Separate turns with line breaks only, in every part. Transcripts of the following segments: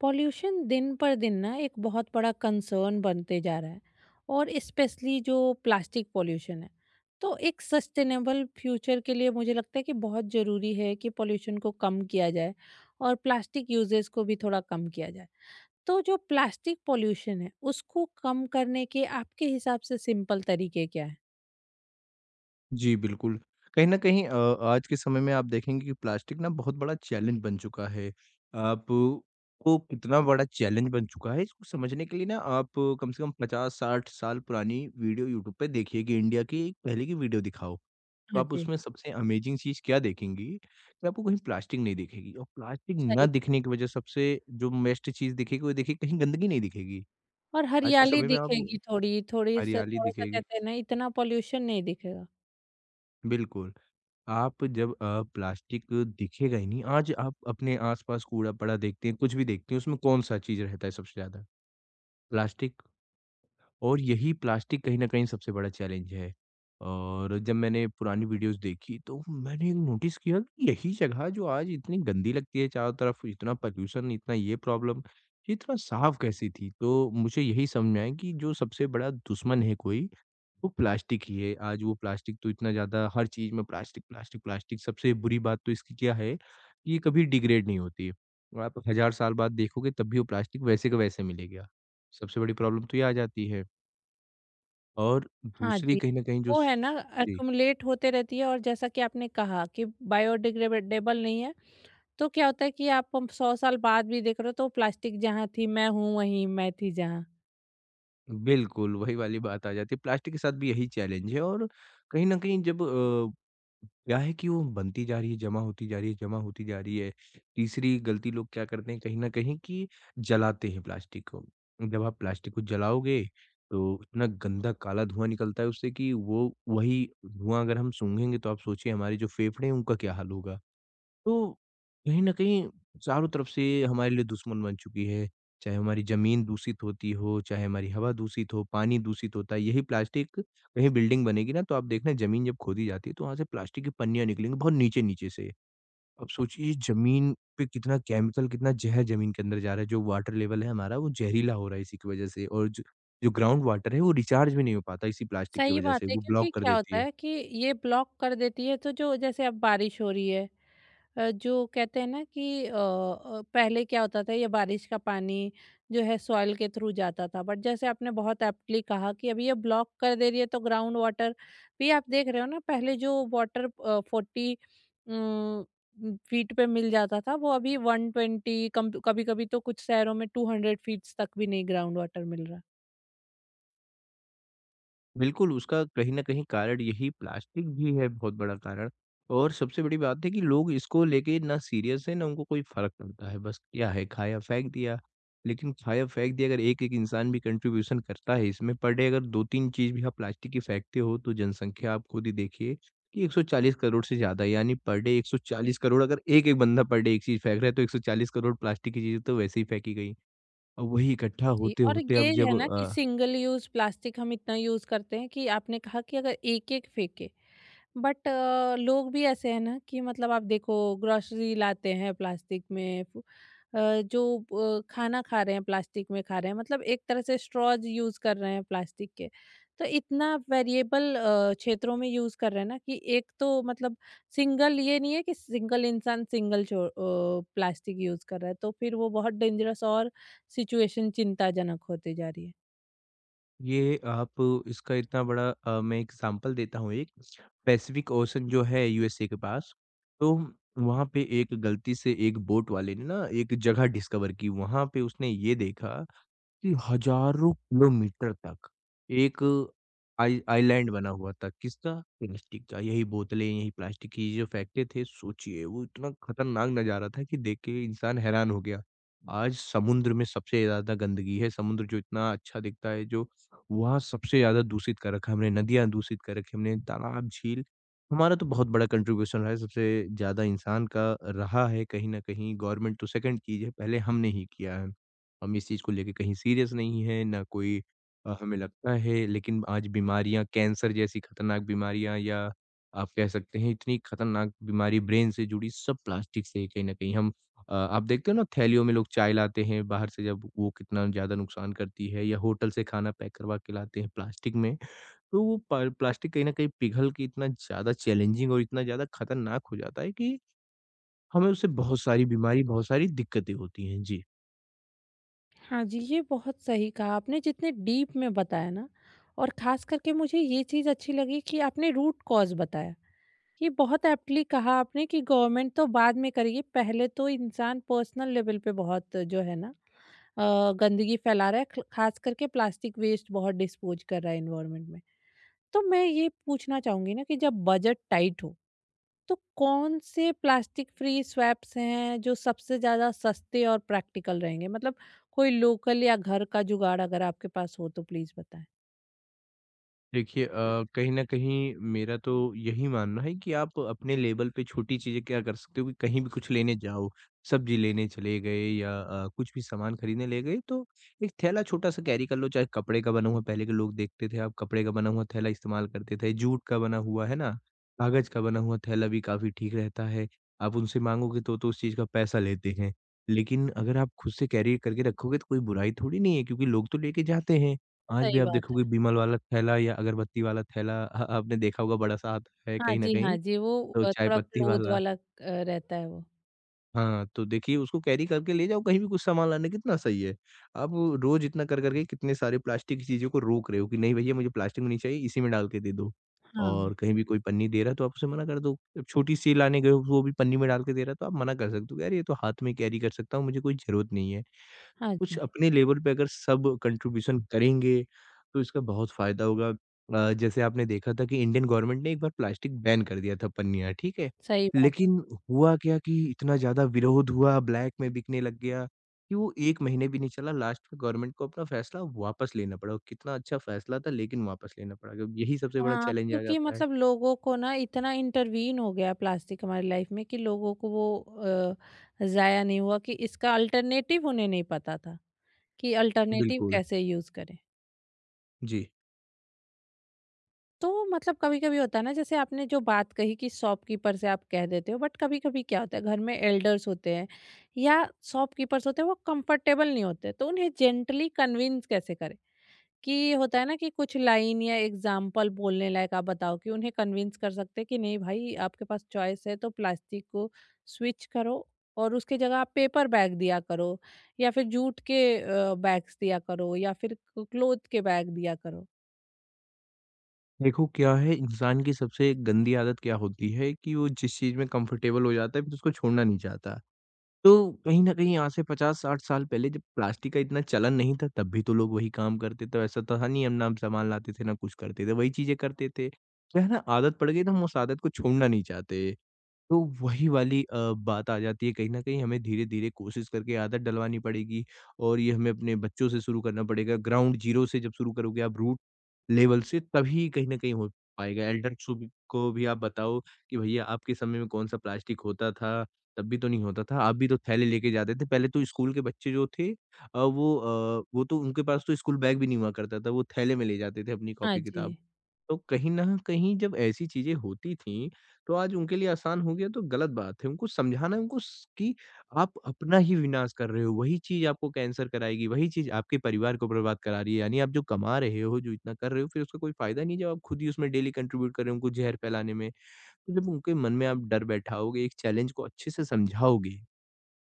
Pollution दिन पर दिन ना एक बहुत बड़ा कंसर्न बनते जा रहा है। और स्पेशली जो प्लास्टिक पॉल्यूशन है, तो एक सस्टेनेबल फ्यूचर के लिए मुझे लगता है कि बहुत ज़रूरी है कि पॉल्यूशन को कम किया जाए और प्लास्टिक यूजेस को भी थोड़ा कम किया जाए। तो जो प्लास्टिक पॉल्यूशन है उसको कम करने के आपके हिसाब से सिंपल तरीके क्या है?
जी, बिल्कुल। कहीं न कहीं आज के समय में आप देखेंगे कि प्लास्टिक ना बहुत बड़ा चैलेंज बन चुका है। आप को कितना बड़ा चैलेंज बन चुका है, इसको समझने के लिए ना आप कम से कम 50-60 साल पुरानी वीडियो यूट्यूब पे देखिए कि इंडिया की एक पहले की वीडियो दिखाओ। तो
हाँ
आप
जी,
उसमें सबसे अमेज़िंग चीज़ क्या देखेंगी कि आपको कहीं प्लास्टिक नहीं दिखेगी और प्लास्टिक ना
सही।
दिखने की वजह सबसे जो बेस्ट चीज़ दिखेगी, वो देखिए कहीं गंदगी नहीं दिखेगी।
और
आज के
हरियाली
समय में आप
दिखेगी थोड़ी थोड़ी सा
हरियाली
थोड़ा सा
दिखेगी।
कहते हैं ना, इतना पॉल्यूशन नहीं दिखेगा।
बिल्कुल। आप जब प्लास्टिक दिखेगा ही नहीं, आज आप अपने आस-पास कूड़ा पड़ा देखते हैं, कुछ भी देखते हैं, उसमें कौन-सा चीज़ रहता है सबसे ज़्यादा? प्लास्टिक। और यही प्लास्टिक कहीं न कहीं सबसे बड़ा चैलेंज है। और जब मैंने पुरानी वीडियोज़ देखी तो मैंने नोटिस किया कि यही जगह जो आज इतनी गंदी लगती है चारों तरफ, इतना पॉल्यूशन, इतना ये प्रॉब्लम, ये इतना साफ़ कैसी थी? तो मुझे यही समझ में आया कि जो सबसे बड़ा दुश्मन है कोई वो प्लास्टिक ही है। आज वो प्लास्टिक तो इतना ज़्यादा हर चीज़ में प्लास्टिक, प्लास्टिक, प्लास्टिक। सबसे बुरी बात तो इसकी क्या है कि ये कभी डिग्रेड नहीं होती है। आप हज़ार साल बाद देखोगे तब भी वो प्लास्टिक वैसे का वैसे मिलेगा। सबसे बड़ी प्रॉब्लम तो ये आ जाती है और
हाँ
दूसरी
जी,
कहीं न कहीं जो
वो है ना,
स जी।
एक्यूमुलेट होते रहती है, और जैसा कि आपने कहा कि बायोडिग्रेडेबल नहीं है, तो क्या होता है कि आप 100 साल बाद भी देख रहे हो तो प्लास्टिक जहाँ थी मैं हूँ वहीं, मैं थी जहाँ।
बिल्कुल, वही वाली बात आ जाती है। प्लास्टिक के साथ भी यही चैलेंज है और कहीं न कहीं जब क्या है कि वो बनती जा रही है, जमा होती जा रही है, जमा होती जा रही है। तीसरी गलती लोग क्या करते हैं कहीं न कहीं कि जलाते हैं प्लास्टिक को। जब आप प्लास्टिक को जलाओगे तो इतना गंदा काला धुआँ निकलता है उससे कि वो वही धुआँ अगर हम सूँघेंगे तो आप सोचिए हमारे जो फेफड़े हैं उनका क्या हाल होगा। तो कहीं न कहीं चारों तरफ से हमारे लिए दुश्मन बन चुकी है। चाहे हमारी ज़मीन दूषित होती हो, चाहे हमारी हवा दूषित हो, पानी दूषित होता है। यही प्लास्टिक कहीं बिल्डिंग बनेगी ना तो आप देखना ज़मीन जब खोदी जाती है तो वहाँ से प्लास्टिक की पन्नियाँ निकलेंगी बहुत नीचे-नीचे से। अब सोचिए ज़मीन पे कितना केमिकल कितना ज़हर ज़मीन के अंदर जा रहा है। जो वाटर लेवल है हमारा वो ज़हरीला हो रहा है इसी की वज़ह से और ज जो ग्राउंड वाटर है वो रिचार्ज भी नहीं हो पाता इसी प्लास्टिक की
सही
वज़ह
बात
से,
है,
वो
क्योंकि
ब्लॉक कर
क्या
देती
होता
है।
है कि ये ब्लॉक कर देती है, तो जो जैसे अब बारिश हो रही है, जो कहते हैं ना कि पहले क्या होता था, ये बारिश का पानी जो है सॉइल के थ्रू जाता था, बट जैसे आपने बहुत एप्टली कहा कि अभी ये ब्लॉक कर दे रही है, तो ग्राउंड वाटर भी आप देख रहे हो ना, पहले जो वाटर 40 फीट पे मिल जाता था वो अभी 120, कभी कभी तो कुछ शहरों में 200 फीट तक भी नहीं ग्राउंड वाटर मिल रहा।
बिल्कुल, उसका कहीं न कहीं कारण यही प्लास्टिक भी है, बहुत बड़ा कारण। और सबसे बड़ी बात है कि लोग इसको लेके ना सीरियस हैं, ना उनको कोई फ़र्क पड़ता है। बस क्या है, खाया फेंक दिया, लेकिन खाया फेंक दिया अगर एक-एक इंसान भी कंट्रीब्यूशन करता है इसमें, पर डे अगर 2-3 चीज़ भी आप प्लास्टिक की फेंकते हो तो जनसंख्या आप खुद ही देखिए कि 140 करोड़ से ज़्यादा है, यानी पर डे 140 करोड़, अगर एक-एक बंदा पर डे एक चीज़ फेंक रहा है, तो 140 करोड़ प्लास्टिक की चीज़ें तो वैसे ही फेंकी गई। और वही इकट्ठा
जी। और
होते-होते अब
ये
जब
है ना कि
अ
सिंगल यूज प्लास्टिक हम इतना यूज करते हैं कि आपने कहा कि अगर एक एक फेंके, बट लोग भी ऐसे हैं ना कि मतलब आप देखो, ग्रोसरी लाते हैं प्लास्टिक में, अ, जो खाना खा रहे हैं प्लास्टिक में खा रहे हैं, मतलब एक तरह से स्ट्रॉज यूज कर रहे हैं प्लास्टिक के, तो इतना वेरिएबल क्षेत्रों में यूज कर रहे हैं ना, कि एक तो मतलब सिंगल ये नहीं है कि सिंगल इंसान सिंगल प्लास्टिक यूज कर रहा है, तो फिर वो बहुत डेंजरस और सिचुएशन चिंताजनक होती जा रही है।
ये आप इसका इतना बड़ा मैं एग्ज़ाम्पल देता हूँ एक, पैसिफ़िक ओशन जो है यूएसए के पास, तो वहाँ पे एक गलती से एक बोट वाले ने ना एक जगह डिस्कवर की, वहाँ पे उसने ये देखा कि हज़ारों किलोमीटर तक एक आई आइलैंड बना हुआ था। किसका? प्लास्टिक का। यही बोतलें, यही प्लास्टिक की चीज़ें फेंकते थे। सोचिए वो इतना खतरनाक नज़ारा था कि देख के इंसान हैरान हो गया। आज समुद्र में सबसे ज़्यादा गंदगी है। समुद्र जो इतना अच्छा दिखता है जो वहाँ सबसे ज़्यादा दूषित कर रखा है हमने, नदियाँ दूषित कर रखी हमने, तालाब, झील। हमारा तो बहुत बड़ा कंट्रीब्यूशन रहा है, सबसे ज़्यादा इंसान का रहा है कहीं न कहीं। गवर्नमेंट तो सेकंड चीज़ है, पहले हमने ही किया है। हम इस चीज़ को लेके कहीं सीरियस नहीं हैं, ना कोई हमें लगता है, लेकिन आज बीमारियाँ, कैंसर जैसी खतरनाक बीमारियाँ, या आप कह सकते हैं इतनी खतरनाक बीमारी ब्रेन से जुड़ी, सब प्लास्टिक से ही कहीं न कहीं हम आप देखते हो ना थैलियों में लोग चाय लाते हैं बाहर से, जब वो कितना ज़्यादा नुकसान करती है, या होटल से खाना पैक करवा के लाते हैं प्लास्टिक में, तो वो प प्लास्टिक कहीं न कहीं पिघल के इतना ज़्यादा चैलेंजिंग और इतना ज़्यादा खतरनाक हो जाता है कि हमें उससे बहुत सारी बीमारी, बहुत सारी दिक्कतें होती हैं। जी।
हाँ जी, ये बहुत सही कहा आपने, जितने डीप में बताया ना, और ख़ास करके मुझे ये चीज़ अच्छी लगी कि आपने रूट कॉज़ बताया। ये बहुत एप्टली कहा आपने कि गवर्नमेंट तो बाद में करेगी, पहले तो इंसान पर्सनल लेवल पे बहुत जो है ना, गंदगी फैला रहा है, ख ख़ास करके प्लास्टिक वेस्ट बहुत डिस्पोज़ कर रहा है एनवायरनमेंट में। तो मैं ये पूछना चाहूँगी ना कि जब बजट टाइट हो तो कौन से प्लास्टिक फ्री स्वैप्स हैं जो सबसे ज़्यादा सस्ते और प्रैक्टिकल रहेंगे? मतलब कोई लोकल या घर का जुगाड़ अगर आपके पास हो तो प्लीज़ बताएँ।
देखिए कहीं न कहीं मेरा तो यही मानना है कि आप अपने लेवल पे छोटी चीज़ें क्या कर सकते हो कि कहीं भी कुछ लेने जाओ, सब्ज़ी लेने चले गए या कुछ भी सामान खरीदने ले गए, तो एक थैला छोटा-सा कैरी कर लो, चाहे कपड़े का बना हुआ। पहले के लोग देखते थे आप, कपड़े का बना हुआ थैला इस्तेमाल करते थे, जूट का बना हुआ, है ना? कागज़ का बना हुआ थैला भी काफ़ी ठीक रहता है। आप उनसे माँगोगे तो उस चीज़ का पैसा लेते हैं। लेकिन अगर आप खुद से कैरी करके रखोगे तो कोई बुराई थोड़ी नहीं है, क्योंकि लोग तो लेके जाते हैं। आज भी
सही
आप
बात
देखोगे
है।
बिमल वाला थैला या अगरबत्ती वाला थैला आपने देखा होगा बड़ा-सा आता है
हाँ
कहीं न
जी,
कहीं,
हाँ जी, वो
तो चाय
थोड़ा
पत्ती
क्लोथ
वाला,
वाला रहता है वो।
हाँ, तो देखिए उसको कैरी करके ले जाओ कहीं भी कुछ सामान लाने, कितना सही है। आप रोज़ इतना कर कर के कितने सारे प्लास्टिक की चीज़ों को रोक रहे हो कि नहीं भैया, मुझे प्लास्टिक में नहीं चाहिए, इसी में डाल के दे दो।
हाँ,
और कहीं भी कोई पन्नी दे रहा है तो आप उसे मना कर दो। अब छोटी-सी लाने गए हो वो भी पन्नी में डाल के दे रहा है तो आप मना कर सकते हो कि, "अरे ये तो हाथ में कैरी कर सकता हूँ, मुझे कोई ज़रूरत नहीं है।"
हाँ
कुछ
जी,
अपने लेवल पे अगर सब कंट्रीब्यूशन करेंगे, तो इसका बहुत फ़ायदा होगा। जैसे आपने देखा था कि इंडियन गवर्नमेंट ने एक बार प्लास्टिक बैन कर दिया था, पन्नियाँ, ठीक है?
सही बात।
लेकिन हुआ क्या कि इतना ज़्यादा विरोध हुआ, ब्लैक में बिकने लग गया, कि वो 1 महीने भी नहीं चला, लास्ट में गवर्नमेंट को अपना फ़ैसला वापस लेना पड़ा। कितना अच्छा फ़ैसला था, लेकिन वापस लेना पड़ा। क्योंकि यही सबसे बड़ा
हाँ,
चैलेंज आ
क्योंकि
जाता है।
मतलब लोगों को ना इतना इंटरवीन हो गया प्लास्टिक हमारी लाइफ में कि लोगों को वो ज़ाया नहीं हुआ कि इसका अल्टरनेटिव उन्हें नहीं पता था, कि अल्टरनेटिव
बिल्कुल,
कैसे यूज़ करें।
जी।
तो मतलब कभी-कभी होता है ना, जैसे आपने जो बात कही कि शॉपकीपर से आप कह देते हो, बट कभी-कभी क्या होता है घर में एल्डर्स होते हैं या शॉपकीपर्स होते हैं, वो कंफर्टेबल नहीं होते, तो उन्हें जेंटली कन्विंस कैसे करें? कि होता है ना कि कुछ लाइन या एग्जाम्पल बोलने लायक आप बताओ कि उन्हें कन्विंस कर सकते हैं कि नहीं भाई, आपके पास चॉइस है, तो प्लास्टिक को स्विच करो और उसके जगह आप पेपर बैग दिया करो, या फिर जूट के बैग्स दिया करो, या फिर क्लोथ के बैग दिया करो।
देखो क्या है, इंसान की सबसे गंदी आदत क्या होती है कि वो जिस चीज़ में कंफर्टेबल हो जाता है फिर उसको छोड़ना नहीं चाहता। तो कहीं न कहीं आज से 50-60 साल पहले जब प्लास्टिक का इतना चलन नहीं था, तब भी तो लोग वही काम करते थे। ऐसा तो था नहीं, हम सामान लाते थे, ना कुछ करते थे, वही चीज़ें करते थे। क्या है ना, आदत पड़ गई तो हम उस आदत को छोड़ना नहीं चाहते। तो वही वाली बात आ जाती है कहीं न कहीं, हमें धीरे-धीरे कोशिश करके आदत डलवानी पड़ेगी और ये हमें अपने बच्चों से शुरू करना पड़ेगा। ग्राउंड ज़ीरो से जब शुरू करोगे आप, रूट लेवल से, तभी कहीं न कहीं हो पाएगा। एल्डर्स भी को भी आप बताओ कि भैया आपके समय में कौन-सा प्लास्टिक होता था? तब भी तो नहीं होता था। आप भी तो थैले लेके जाते थे। पहले तो स्कूल के बच्चे जो थे वो तो उनके पास तो स्कूल बैग भी नहीं हुआ करता था। वो थैले में ले जाते थे अपनी
हाँ
कॉपी किताब।
जी।
तो कहीं न कहीं जब ऐसी चीज़ें होती थी, तो आज उनके लिए आसान हो गया, तो गलत बात है। उनको समझाना है, उनको स कि आप अपना ही विनाश कर रहे हो, वही चीज़ आपको कैंसर कराएगी, वही चीज़ आपके परिवार को बर्बाद करा रही है। यानी आप जो कमा रहे हो, जो इतना कर रहे हो, फिर उसका कोई फ़ायदा नहीं है जब आप खुद ही उसमें डेली कंट्रीब्यूट कर रहे हो उनको ज़हर फैलाने में। तो जब उनके मन में आप डर बैठाओगे, एक चैलेंज को अच्छे से समझाओगे,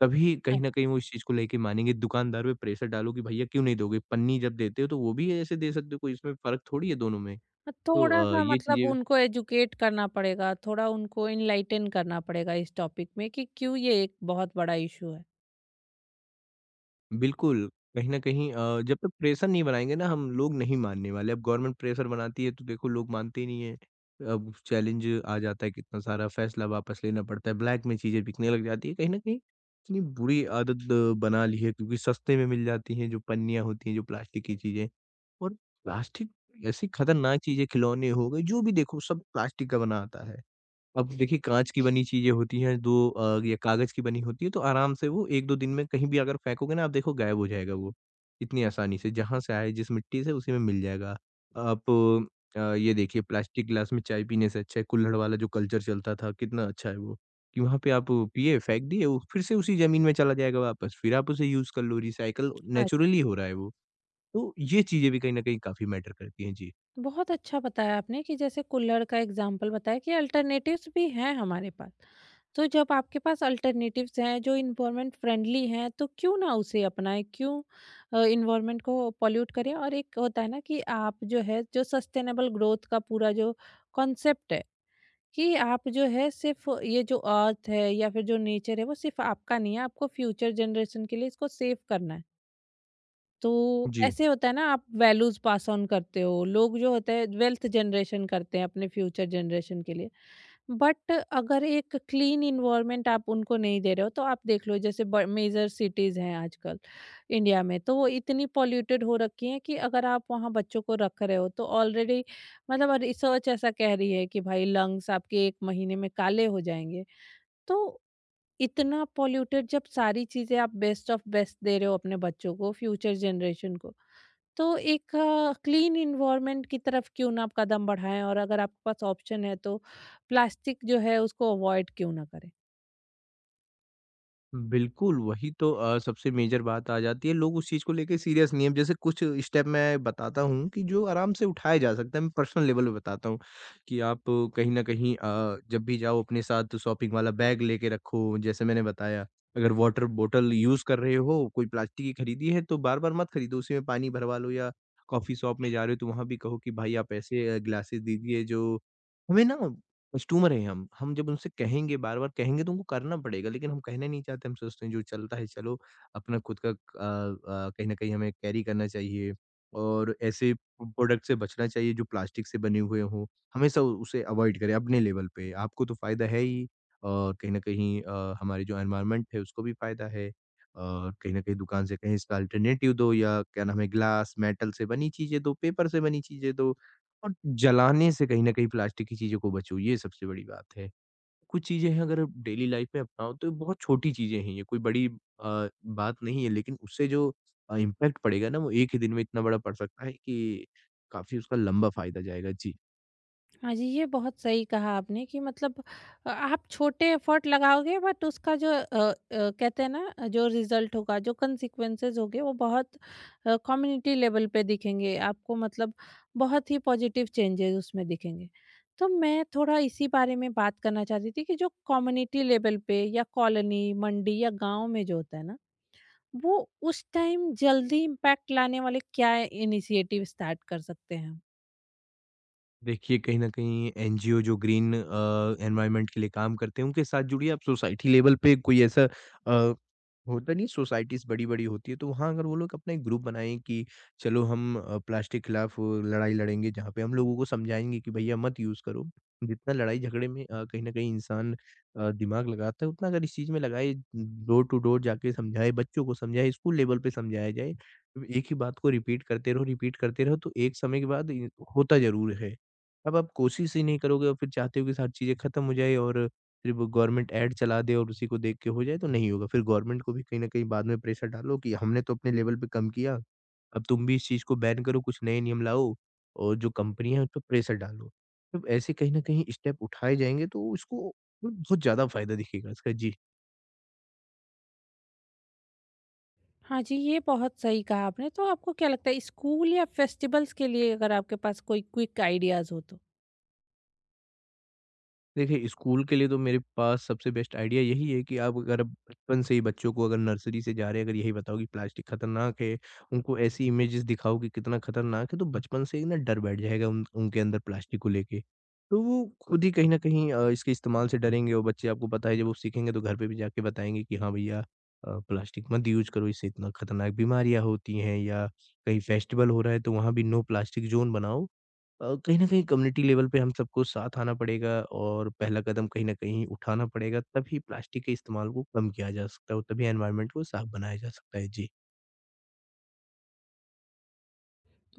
तभी कहीं
हाँ,
न कहीं वो इस चीज़ को लेके मानेंगे। दुकानदार पे प्रेशर डालो कि भैया क्यों नहीं दोगे? पन्नी जब देते हो तो वो भी ऐसे दे सकते हो, कोई इसमें फ़र्क थोड़ी है दोनों में। तो
थोड़ा सा
ये
मतलब
चीज़ें
उनको एजुकेट करना पड़ेगा, थोड़ा उनको इनलाइटन करना पड़ेगा इस टॉपिक में कि क्यों ये एक बहुत बड़ा इशू है।
बिल्कुल, कहीं न कहीं जब तक प्रेशर नहीं बनाएँगे ना हम, लोग नहीं मानने वाले। अब गवर्नमेंट प्रेशर बनाती है तो देखो लोग मानते ही नहीं हैं। अब चैलेंज आ जाता है कितना सारा, फैसला वापस लेना पड़ता है, ब्लैक में चीज़ें बिकने लग जाती है। कहीं न कहीं इतनी बुरी आदत बना ली है, क्योंकि सस्ते में मिल जाती हैं जो पन्नियाँ होती हैं, जो प्लास्टिक की चीज़ें। और प्लास्टिक ऐसी खतरनाक चीज़ें, खिलौने हो गए, जो भी देखो सब प्लास्टिक का बना आता है। अब देखिए, काँच की बनी चीज़ें होती हैं जो या कागज़ की बनी होती है, तो आराम से वो 1-2 दिन में कहीं भी अगर फेंकोगे ना, आप देखो गायब हो जाएगा वो, इतनी आसानी से। जहाँ से आए जिस मिट्टी से, उसी में मिल जाएगा। आप ये देखिए, प्लास्टिक गिलास में चाय पीने से अच्छा है कुल्हड़ वाला जो कल्चर चलता था, कितना अच्छा है वो, कि वहाँ पे आप पिए, फेंक दिए, वो फिर से उसी ज़मीन में चला जाएगा वापस, फिर आप उसे यूज़ कर लो, रिसाइकल
हाँ जी।
नेचुरली हो रहा है वो। तो ये चीज़ें भी कहीं न कहीं काफ़ी मैटर करती हैं। जी।
बहुत अच्छा बताया आपने कि जैसे कुल्हड़ का एग्जाम्पल बताया कि अल्टरनेटिव्स भी हैं हमारे पास। तो जब आपके पास अल्टरनेटिव्स हैं जो एनवायरनमेंट फ्रेंडली हैं, तो क्यों ना उसे अपनाएँ, क्यों एनवायरनमेंट को पॉल्यूट करें? और एक होता है ना कि आप जो है जो सस्टेनेबल ग्रोथ का पूरा जो कॉन्सेप्ट है, कि आप जो है सिर्फ ये जो अर्थ है या फिर जो नेचर है, वो सिर्फ आपका नहीं है, आपको फ्यूचर जनरेशन के लिए इसको सेव करना है। तो
जी।
ऐसे होता है ना, आप वैल्यूज पास ऑन करते हो, लोग जो होता है वेल्थ जनरेशन करते हैं अपने फ्यूचर जनरेशन के लिए, बट अगर एक क्लीन इन्वायरमेंट आप उनको नहीं दे रहे हो तो आप देख लो, जैसे मेजर सिटीज हैं आजकल इंडिया में तो वो इतनी पॉल्यूटेड हो रखी हैं कि अगर आप वहाँ बच्चों को रख रहे हो तो ऑलरेडी, मतलब रिसर्च ऐसा कह रही है कि भाई लंग्स आपके 1 महीने में काले हो जाएंगे। तो इतना पॉल्यूटेड जब सारी चीजें, आप बेस्ट ऑफ बेस्ट दे रहे हो अपने बच्चों को, फ्यूचर जनरेशन को, तो एक क्लीन इन्वायरमेंट की तरफ क्यों ना आप कदम बढ़ाएं, और अगर आपके पास ऑप्शन है तो प्लास्टिक जो है उसको अवॉइड क्यों ना करें?
बिल्कुल, वही तो सबसे मेजर बात आ जाती है, लोग उस चीज़ को लेके सीरियस नहीं है। अब जैसे कुछ स्टेप मैं बताता हूँ कि जो आराम से उठाया जा सकता है, मैं पर्सनल लेवल पे बताता हूँ कि आप कहीं न कहीं, जब भी जाओ अपने साथ शॉपिंग वाला बैग लेके रखो। जैसे मैंने बताया, अगर वाटर बॉटल यूज़ कर रहे हो, कोई प्लास्टिक की खरीदी है, तो बार-बार मत खरीदो, उसी में पानी भरवा लो, या कॉफ़ी शॉप में जा रहे हो तो वहाँ भी कहो कि भाई, आप ऐसे ग्लासेस दीजिए जो हमें, ना। कस्टमर हैं हम जब उनसे कहेंगे, बार-बार कहेंगे, तो उनको करना पड़ेगा, लेकिन हम कहना नहीं चाहते, हम सोचते हैं जो चलता है चलो। अपना खुद का कहीं न कहीं हमें कैरी करना चाहिए, और ऐसे प्रोडक्ट से बचना चाहिए जो प्लास्टिक से बने हुए हों। हमेशा उसे अवॉइड करें अपने लेवल पे। आपको तो फ़ायदा है ही, और कहीं न कहीं हमारे जो एनवायरनमेंट है उसको भी फ़ायदा है। और कहीं न कहीं दुकान से कहें, इसका अल्टरनेटिव दो, या क्या नाम है, ग्लास, मेटल से बनी चीज़ें दो, पेपर से बनी चीज़ें दो। और जलाने से कहीं न कहीं प्लास्टिक की चीज़ों को बचो, ये सबसे बड़ी बात है। कुछ चीज़ें हैं अगर आप डेली लाइफ़ में अपनाओ, तो ये बहुत छोटी चीज़ें हैं ये, कोई बड़ी बात नहीं है, लेकिन उससे जो इम्पैक्ट पड़ेगा ना, वो एक ही दिन में इतना बड़ा पड़ सकता है कि काफ़ी उसका लंबा फ़ायदा जाएगा। जी।
हाँ जी, ये बहुत सही कहा आपने कि मतलब, आप छोटे एफर्ट लगाओगे बट उसका जो कहते हैं ना, जो रिजल्ट होगा, जो कॉन्सिक्वेंसेस होंगे, वो बहुत कम्युनिटी लेवल पे दिखेंगे आपको, मतलब बहुत ही पॉजिटिव चेंजेस उसमें दिखेंगे। तो मैं थोड़ा इसी बारे में बात करना चाहती थी कि जो कम्युनिटी लेवल पे या कॉलोनी, मंडी या गाँव में जो होता है ना, वो उस टाइम जल्दी इम्पैक्ट लाने वाले क्या इनिशिएटिव स्टार्ट कर सकते हैं हम?
देखिए, कहीं न कहीं एनजीओ जो ग्रीन एनवायरनमेंट के लिए काम करते हैं, उनके साथ जुड़िए। आप सोसाइटी लेवल पे, कोई ऐसा अ होता नहीं, सोसाइटीज़ बड़ी-बड़ी होती है, तो वहाँ अगर वो लोग अपना एक ग्रुप बनाएँ कि चलो हम प्लास्टिक के खिलाफ लड़ाई लड़ेंगे, जहाँ पे हम लोगों को समझाएँगे कि भैया मत यूज़ करो। जितना लड़ाई झगड़े में कहीं न कहीं इंसान दिमाग लगाता है, उतना अगर इस चीज़ में लगाए, डोर टू डोर जाके समझाए, बच्चों को समझाए, स्कूल लेवल पे समझाया जाए। तो एक ही बात को रिपीट करते रहो, रिपीट करते रहो, तो एक समय के बाद इ होता ज़रूर है। अब आप कोशिश ही नहीं करोगे, और फिर चाहते हो कि सारी चीज़ें खत्म हो जाए, और फिर वो गवर्नमेंट ऐड चला दे और उसी को देख के हो जाए, तो नहीं होगा। फिर गवर्नमेंट को भी कहीं न कहीं बाद में प्रेशर डालो कि हमने तो अपने लेवल पे कम किया, अब तुम भी इस चीज़ को बैन करो, कुछ नए नियम लाओ, और जो कंपनियाँ हैं उस पे प्रेशर डालो। जब ऐसे कहीं न कहीं स्टेप उठाए जाएँगे, तो इसको बहुत ज़्यादा फ़ायदा दिखेगा इसका। जी।
हाँ जी, ये बहुत सही कहा आपने। तो आपको क्या लगता है स्कूल या फेस्टिवल्स के लिए अगर आपके पास कोई क्विक आइडियाज़ हो तो?
देखिए, स्कूल के लिए तो मेरे पास सबसे बेस्ट आइडिया यही है कि आप अगर अब बचपन से ही बच्चों को, अगर नर्सरी से जा रहे हैं, अगर यही बताओ कि प्लास्टिक खतरनाक है, उनको ऐसी इमेजेस दिखाओ कि कितना खतरनाक है, तो बचपन से ही ना डर बैठ जाएगा उन उनके अंदर, प्लास्टिक को लेके। तो वो खुद ही कहीं न कहीं इसके इस्तेमाल से डरेंगे, और बच्चे आपको पता है जब वो सीखेंगे, तो घर पे भी जाके बताएँगे कि हाँ भैया, प्लास्टिक मत यूज़ करो, इससे इतना खतरनाक बीमारियाँ होती हैं। या कहीं फेस्टिवल हो रहा है तो वहाँ भी नो प्लास्टिक ज़ोन बनाओ। कहीं न कहीं कम्युनिटी लेवल पे हम सबको साथ आना पड़ेगा, और पहला कदम कहीं न कहीं उठाना पड़ेगा, तभी प्लास्टिक के इस्तेमाल को कम किया जा सकता है, और तभी एनवायरनमेंट को साफ बनाया जा सकता है। जी।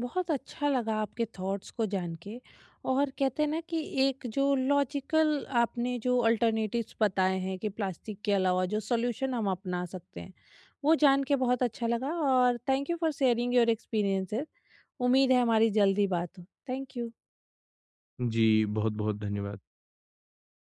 बहुत अच्छा लगा आपके थॉट्स को जान के, और कहते हैं ना कि एक जो लॉजिकल आपने जो अल्टरनेटिव्स बताए हैं कि प्लास्टिक के अलावा जो सॉल्यूशन हम अपना सकते हैं, वो जान के बहुत अच्छा लगा, और thank you for sharing your experiences. उम्मीद है हमारी जल्दी बात हो। Thank you.
जी, बहुत-बहुत धन्यवाद।